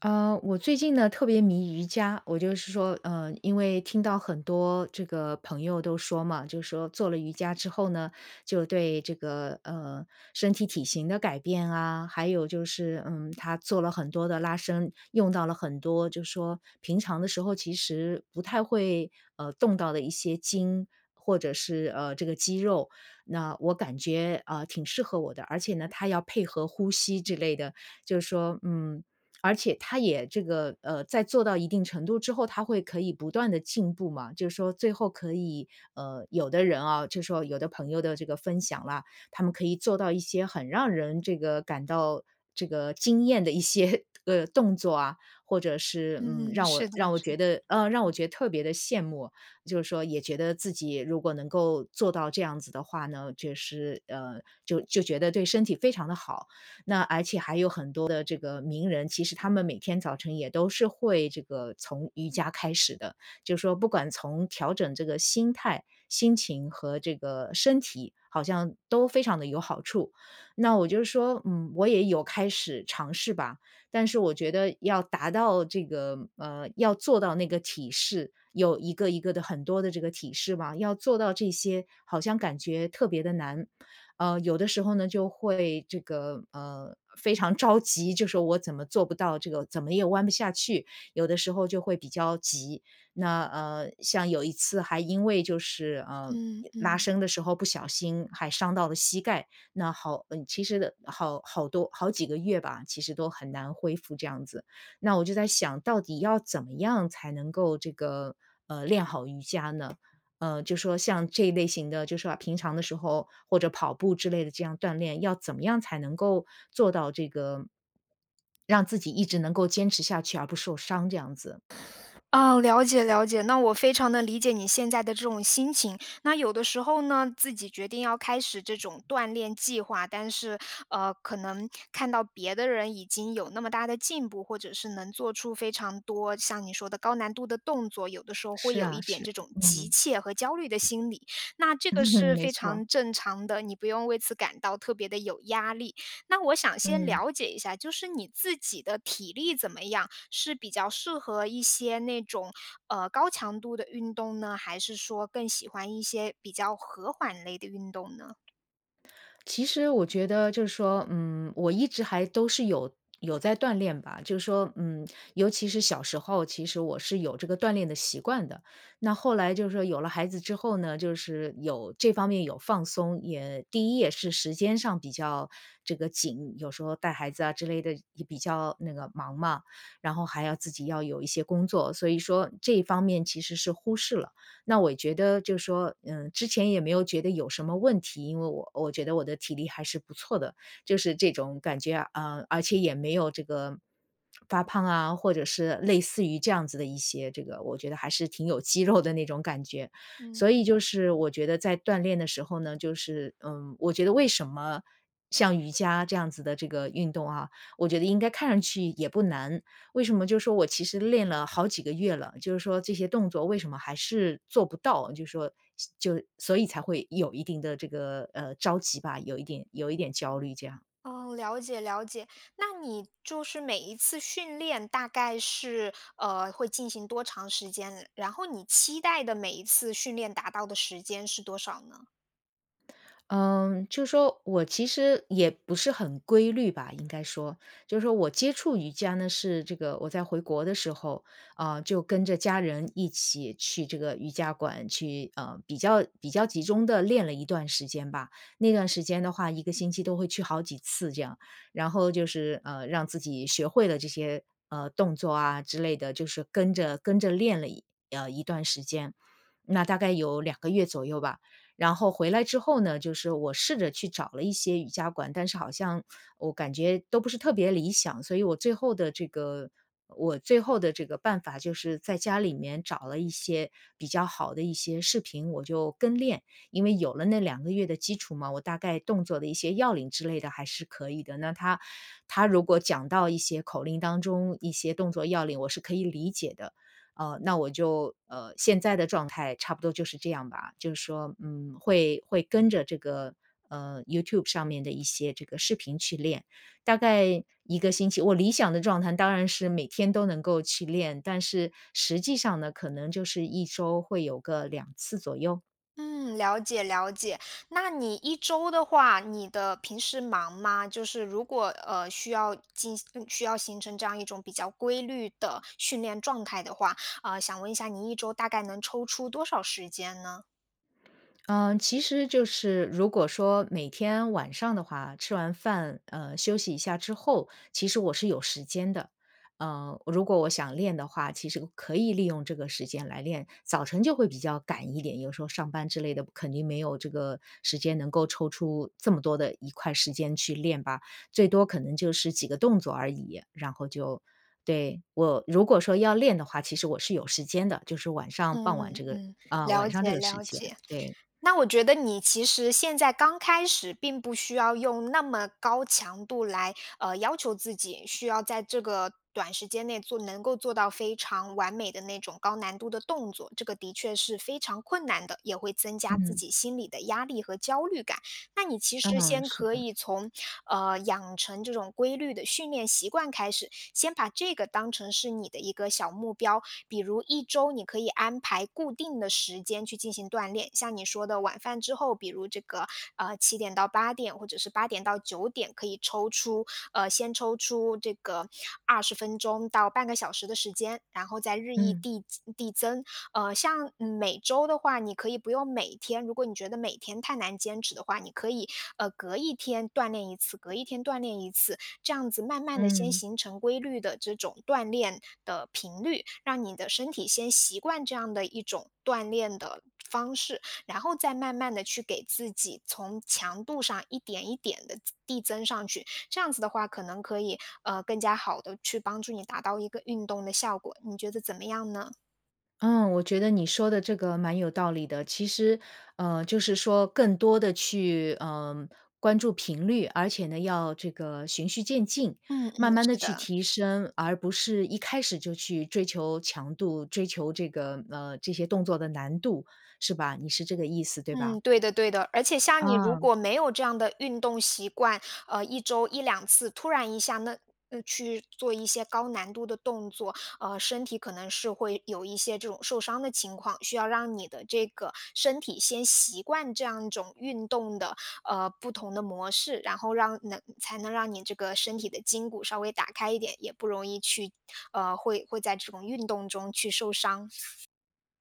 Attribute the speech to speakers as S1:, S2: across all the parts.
S1: 我最近呢特别迷瑜伽，我就是说，因为听到很多这个朋友都说嘛，就是说做了瑜伽之后呢，就对这个身体体型的改变啊，还有就是他做了很多的拉伸，用到了很多，就是说平常的时候其实不太会动到的一些筋。或者是这个肌肉，那我感觉挺适合我的，而且呢，它要配合呼吸之类的，就是说，而且他也这个，在做到一定程度之后，他会可以不断的进步嘛，就是说最后可以有的人啊，就是说有的朋友的这个分享啦，他们可以做到一些很让人这个感到这个惊艳的一些 动作啊，或者是，
S2: 嗯，
S1: 让我
S2: 是的，
S1: 让我
S2: 是
S1: 觉
S2: 的。
S1: 得让我觉得特别的羡慕。就是说也觉得自己如果能够做到这样子的话呢，就是就觉得对身体非常的好。那而且还有很多的这个名人，其实他们每天早晨也都是会这个从瑜伽开始的，就是说不管从调整这个心态、心情和这个身体，好像都非常的有好处。那我就是说，我也有开始尝试吧，但是我觉得要达到这个要做到那个体式，有一个一个的很多的这个体式嘛，要做到这些，好像感觉特别的难。有的时候呢就会这个非常着急，就说我怎么做不到这个，怎么也弯不下去。有的时候就会比较急。那像有一次还因为就是。
S2: 嗯
S1: 拉
S2: 嗯。
S1: 伸的时候不小心还伤到了膝盖，那好，其实好多好几个月吧，其实都很难恢复这样子。那我就在想，到底要怎么样才能够这个练好瑜伽呢？就说像这一类型的，就说啊平常的时候或者跑步之类的这样锻炼，要怎么样才能够做到这个，让自己一直能够坚持下去而不受伤这样子？
S2: 了解了解。那我非常的理解你现在的这种心情。那有的时候呢，自己决定要开始这种锻炼计划，但是，可能看到别的人已经有那么大的进步，或者是能做出非常多像你说的高难度的动作，有的时候会
S1: 是
S2: 有
S1: 啊，
S2: 一点
S1: 是。
S2: 这种急
S1: 嗯，
S2: 切和焦虑的心理，那这个 是
S1: 没
S2: 非
S1: 错，
S2: 常正常的，你不用为此感到特别的有压力。那我想先
S1: 嗯。
S2: 了解一下，就是你自己的体力怎么样？是比较适合一些那种高强度的运动呢，还是说更喜欢一些比较和缓类的运动呢？
S1: 其实我觉得就是说，我一直还都是有在锻炼吧，就是说，尤其是小时候，其实我是有这个锻炼的习惯的。那后来就是说有了孩子之后呢，就是有这方面有放松，也第一也是时间上比较这个紧，有时候带孩子啊之类的也比较那个忙嘛，然后还要自己要有一些工作，所以说这一方面其实是忽视了。那我也觉得就是说，之前也没有觉得有什么问题，因为我觉得我的体力还是不错的，就是这种感觉啊，而且也没有这个发胖啊，或者是类似于这样子的一些这个，我觉得还是挺有肌肉的那种感觉。
S2: 嗯。
S1: 所以就是我觉得在锻炼的时候呢，就是我觉得为什么像瑜伽这样子的这个运动啊，我觉得应该看上去也不难，为什么就是说我其实练了好几个月了，就是说这些动作为什么还是做不到？就是说就所以才会有一定的这个着急吧，有一点有一点焦虑这样。
S2: 哦，了解了解。那你就是每一次训练大概是会进行多长时间？然后你期待的每一次训练达到的时间是多少呢？
S1: 嗯，就是说我其实也不是很规律吧，应该说，就是说我接触瑜伽呢是这个我在回国的时候，就跟着家人一起去这个瑜伽馆去，比较集中的练了一段时间吧。那段时间的话，一个星期都会去好几次这样，然后就是让自己学会了这些动作啊之类的，就是跟着跟着练了一段时间，那大概有两个月左右吧。然后回来之后呢，就是我试着去找了一些瑜伽馆，但是好像我感觉都不是特别理想，所以我最后的这个办法就是在家里面找了一些比较好的一些视频，我就跟练。因为有了那两个月的基础嘛，我大概动作的一些要领之类的还是可以的。那他如果讲到一些口令当中一些动作要领，我是可以理解的。那我就现在的状态差不多就是这样吧，就是说，会跟着这个YouTube 上面的一些这个视频去练，大概一个星期。我理想的状态当然是每天都能够去练，但是实际上呢，可能就是一周会有个两次左右。
S2: 嗯，了解了解。那你一周的话，你的平时忙吗？就是如果需要形成这样一种比较规律的训练状态的话，呃，想问一下，你一周大概能抽出多少时间呢？
S1: 嗯，其实就是如果说每天晚上的话，吃完饭，休息一下之后，其实我是有时间的。如果我想练的话，其实可以利用这个时间来练。早晨就会比较赶一点，有时候上班之类的，肯定没有这个时间能够抽出这么多的一块时间去练吧，最多可能就是几个动作而已，然后就对，我如果说要练的话，其实我是有时间的，就是晚上傍晚
S2: 嗯
S1: 这个
S2: 嗯，
S1: 啊，
S2: 了
S1: 晚上这
S2: 解
S1: 个时
S2: 了
S1: 间，
S2: 解。
S1: 对。
S2: 那我觉得你其实现在刚开始，并不需要用那么高强度来，要求自己，需要在这个短时间内做能够做到非常完美的那种高难度的动作，这个的确是非常困难的，也会增加自
S1: 嗯，
S2: 己心理的压力和焦虑感。那你其实
S1: 嗯，
S2: 先
S1: 是
S2: 可
S1: 的，
S2: 以从养成这种规律的训练习惯开始，先把这个当成是你的一个小目标。比如一周你可以安排固定的时间去进行锻炼，像你说的晚饭之后，比如这个七点到八点，或者是八点到九点，可以抽出先抽出这个二十分钟到半个小时的时间，然后再日益
S1: 嗯，
S2: 递增。每周的话，你可以不用每天，如果你觉得每天太难坚持的话，你可以隔一天锻炼一次，隔一天锻炼一次，这样子慢慢的先
S1: 嗯，
S2: 形成规律的这种锻炼的频率，让你的身体先习惯这样的一种锻炼的方式，然后再慢慢的去给自己从强度上一点一点的递增上去，这样子的话，可能可以更加好的去帮助你达到一个运动的效果。你觉得怎么样呢？
S1: 嗯，我觉得你说的这个蛮有道理的。其实，就是说更多的去，关注频率，而且呢，要这个循序渐进，
S2: 嗯嗯，
S1: 慢慢的
S2: 是
S1: 去
S2: 的。
S1: 提升，而不是一开始就去追求强度，追求这个，这些动作的难度，是吧？你是这个意思，对吧？
S2: 嗯，对的对的。而且像你如
S1: 啊。
S2: 果没有这样的运动习惯，一周一两次突然一下那去做一些高难度的动作，呃，身体可能是会有一些这种受伤的情况，需要让你的这个身体先习惯这样一种运动的，呃，不同的模式，然后才能让你这个身体的筋骨稍微打开一点，也不容易去呃，会会在这种运动中去受伤。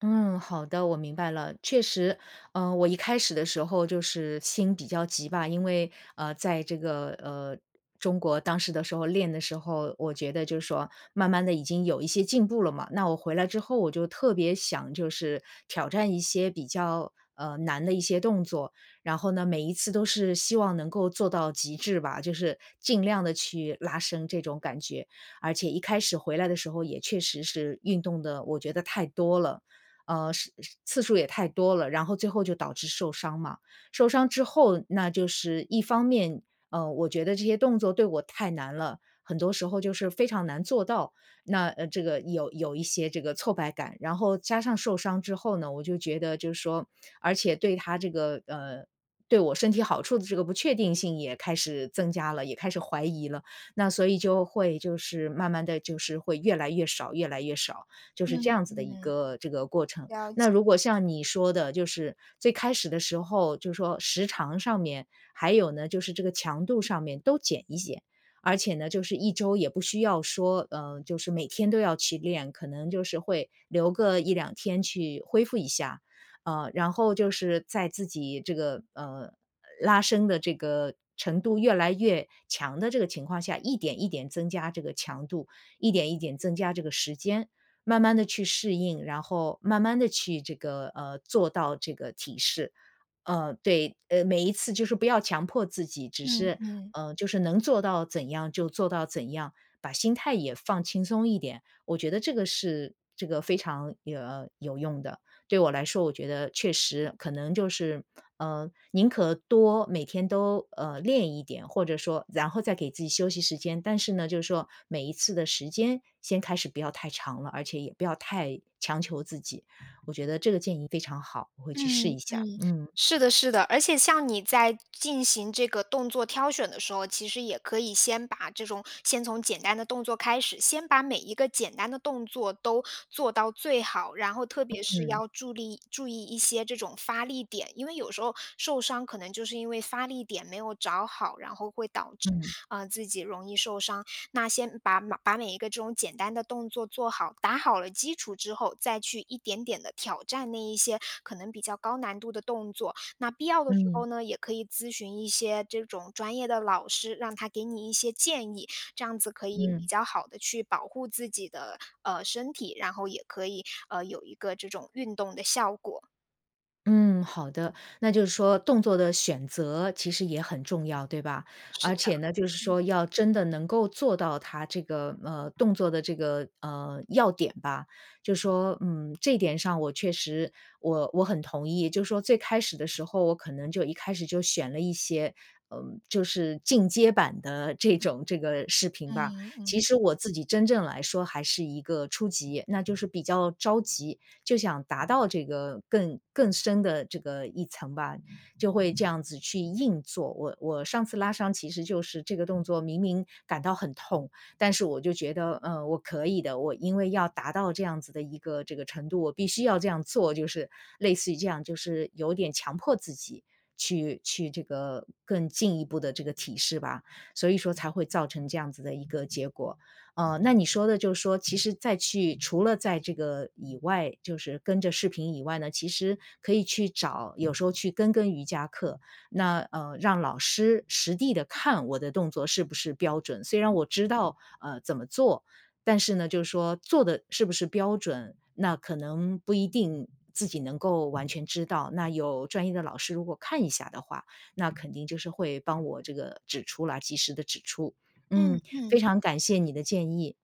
S1: 嗯，好的，我明白了。确实，我一开始的时候就是心比较急吧，因为在这个中国当时的时候练的时候，我觉得就是说，慢慢的已经有一些进步了嘛。那我回来之后，我就特别想就是挑战一些比较难的一些动作，然后呢，每一次都是希望能够做到极致吧，就是尽量的去拉伸这种感觉。而且一开始回来的时候，也确实是运动的，我觉得太多了。是次数也太多了，然后最后就导致受伤嘛。受伤之后，那就是一方面，我觉得这些动作对我太难了，很多时候就是非常难做到。那这个有一些这个挫败感，然后加上受伤之后呢，我就觉得就是说，而且对他这个。对我身体好处的这个不确定性也开始增加了，也开始怀疑了。那所以就会就是慢慢的就是会越来越少，越来越少。就是这
S2: 嗯
S1: 样子的
S2: 嗯，
S1: 一个这个过程。
S2: 了
S1: 那
S2: 解。
S1: 如果像你说的，就是最开始的时候，就是说时长上面，还有呢就是这个强度上面都减一减。而且呢，就是一周也不需要说，就是每天都要去练，可能就是会留个一两天去恢复一下，然后就是在自己这个拉伸的这个程度越来越强的这个情况下，一点一点增加这个强度，一点一点增加这个时间，慢慢的去适应，然后慢慢的去这个，做到这个体式。对，每一次就是不要强迫自己，只
S2: 嗯
S1: 是，
S2: 嗯。
S1: 就是能做到怎样就做到怎样，把心态也放轻松一点，我觉得这个是这个非常，有用的。对我来说，我觉得确实可能就是，宁可多每天都，练一点，或者说然后再给自己休息时间。但是呢，就是说每一次的时间先开始不要太长了，而且也不要太强求自己。我觉得这个建议非常好，我会去试
S2: 嗯
S1: 一下。
S2: 嗯，
S1: 嗯，
S2: 是的，是的，而且像你在进行这个动作挑选的时候，其实也可以先把这种先从简单的动作开始，先把每一个简单的动作都做到最好，然后特别是
S1: 嗯，
S2: 要注意一些这种发力点，因为有时候受伤可能就是因为发力点没有找好，然后会导致
S1: 嗯，
S2: 自己容易受伤。那先把每一个这种简单的动作做好，打好了基础之后，再去一点点的挑战那一些可能比较高难度的动作。那必要的时
S1: 嗯，
S2: 候呢，也可以咨询一些这种专业的老师，让他给你一些建议，这样子可以比
S1: 嗯。
S2: 较好的去保护自己的身体，然后也可以有一个这种运动的效果。
S1: 嗯，好的。那就是说动作的选择其实也很重要，对吧？
S2: 是
S1: 而
S2: 的。
S1: 且呢，就是说要真的能够做到它这个动作的这个要点吧。就说这一点上我确实我很同意。就是说最开始的时候，我可能就一开始就选了一些。就是进阶版的这种这个视频吧。
S2: 嗯
S1: 其
S2: 嗯。
S1: 实我自己真正来说还是一个初级，那就是比较着急，就想达到这个更深的这个一层吧，就会这样子去硬做。我上次拉伤其实就是这个动作，明明感到很痛，但是我就觉得，我可以的。我因为要达到这样子的一个这个程度，我必须要这样做，就是类似于这样，就是有点强迫自己。去这个更进一步的这个体式吧，所以说才会造成这样子的一个结果。那你说的就是说，其实再去除了在这个以外，就是跟着视频以外呢，其实可以去找，有时候去跟瑜伽课，那让老师实地的看我的动作是不是标准。虽然我知道怎么做，但是呢，就是说做的是不是标准，那可能不一定。自己能够完全知道，那有专业的老师如果看一下的话，那肯定就是会帮我这个指出来，及时的指出。
S2: 嗯
S1: 嗯，非
S2: 嗯，
S1: 常感谢你的建议。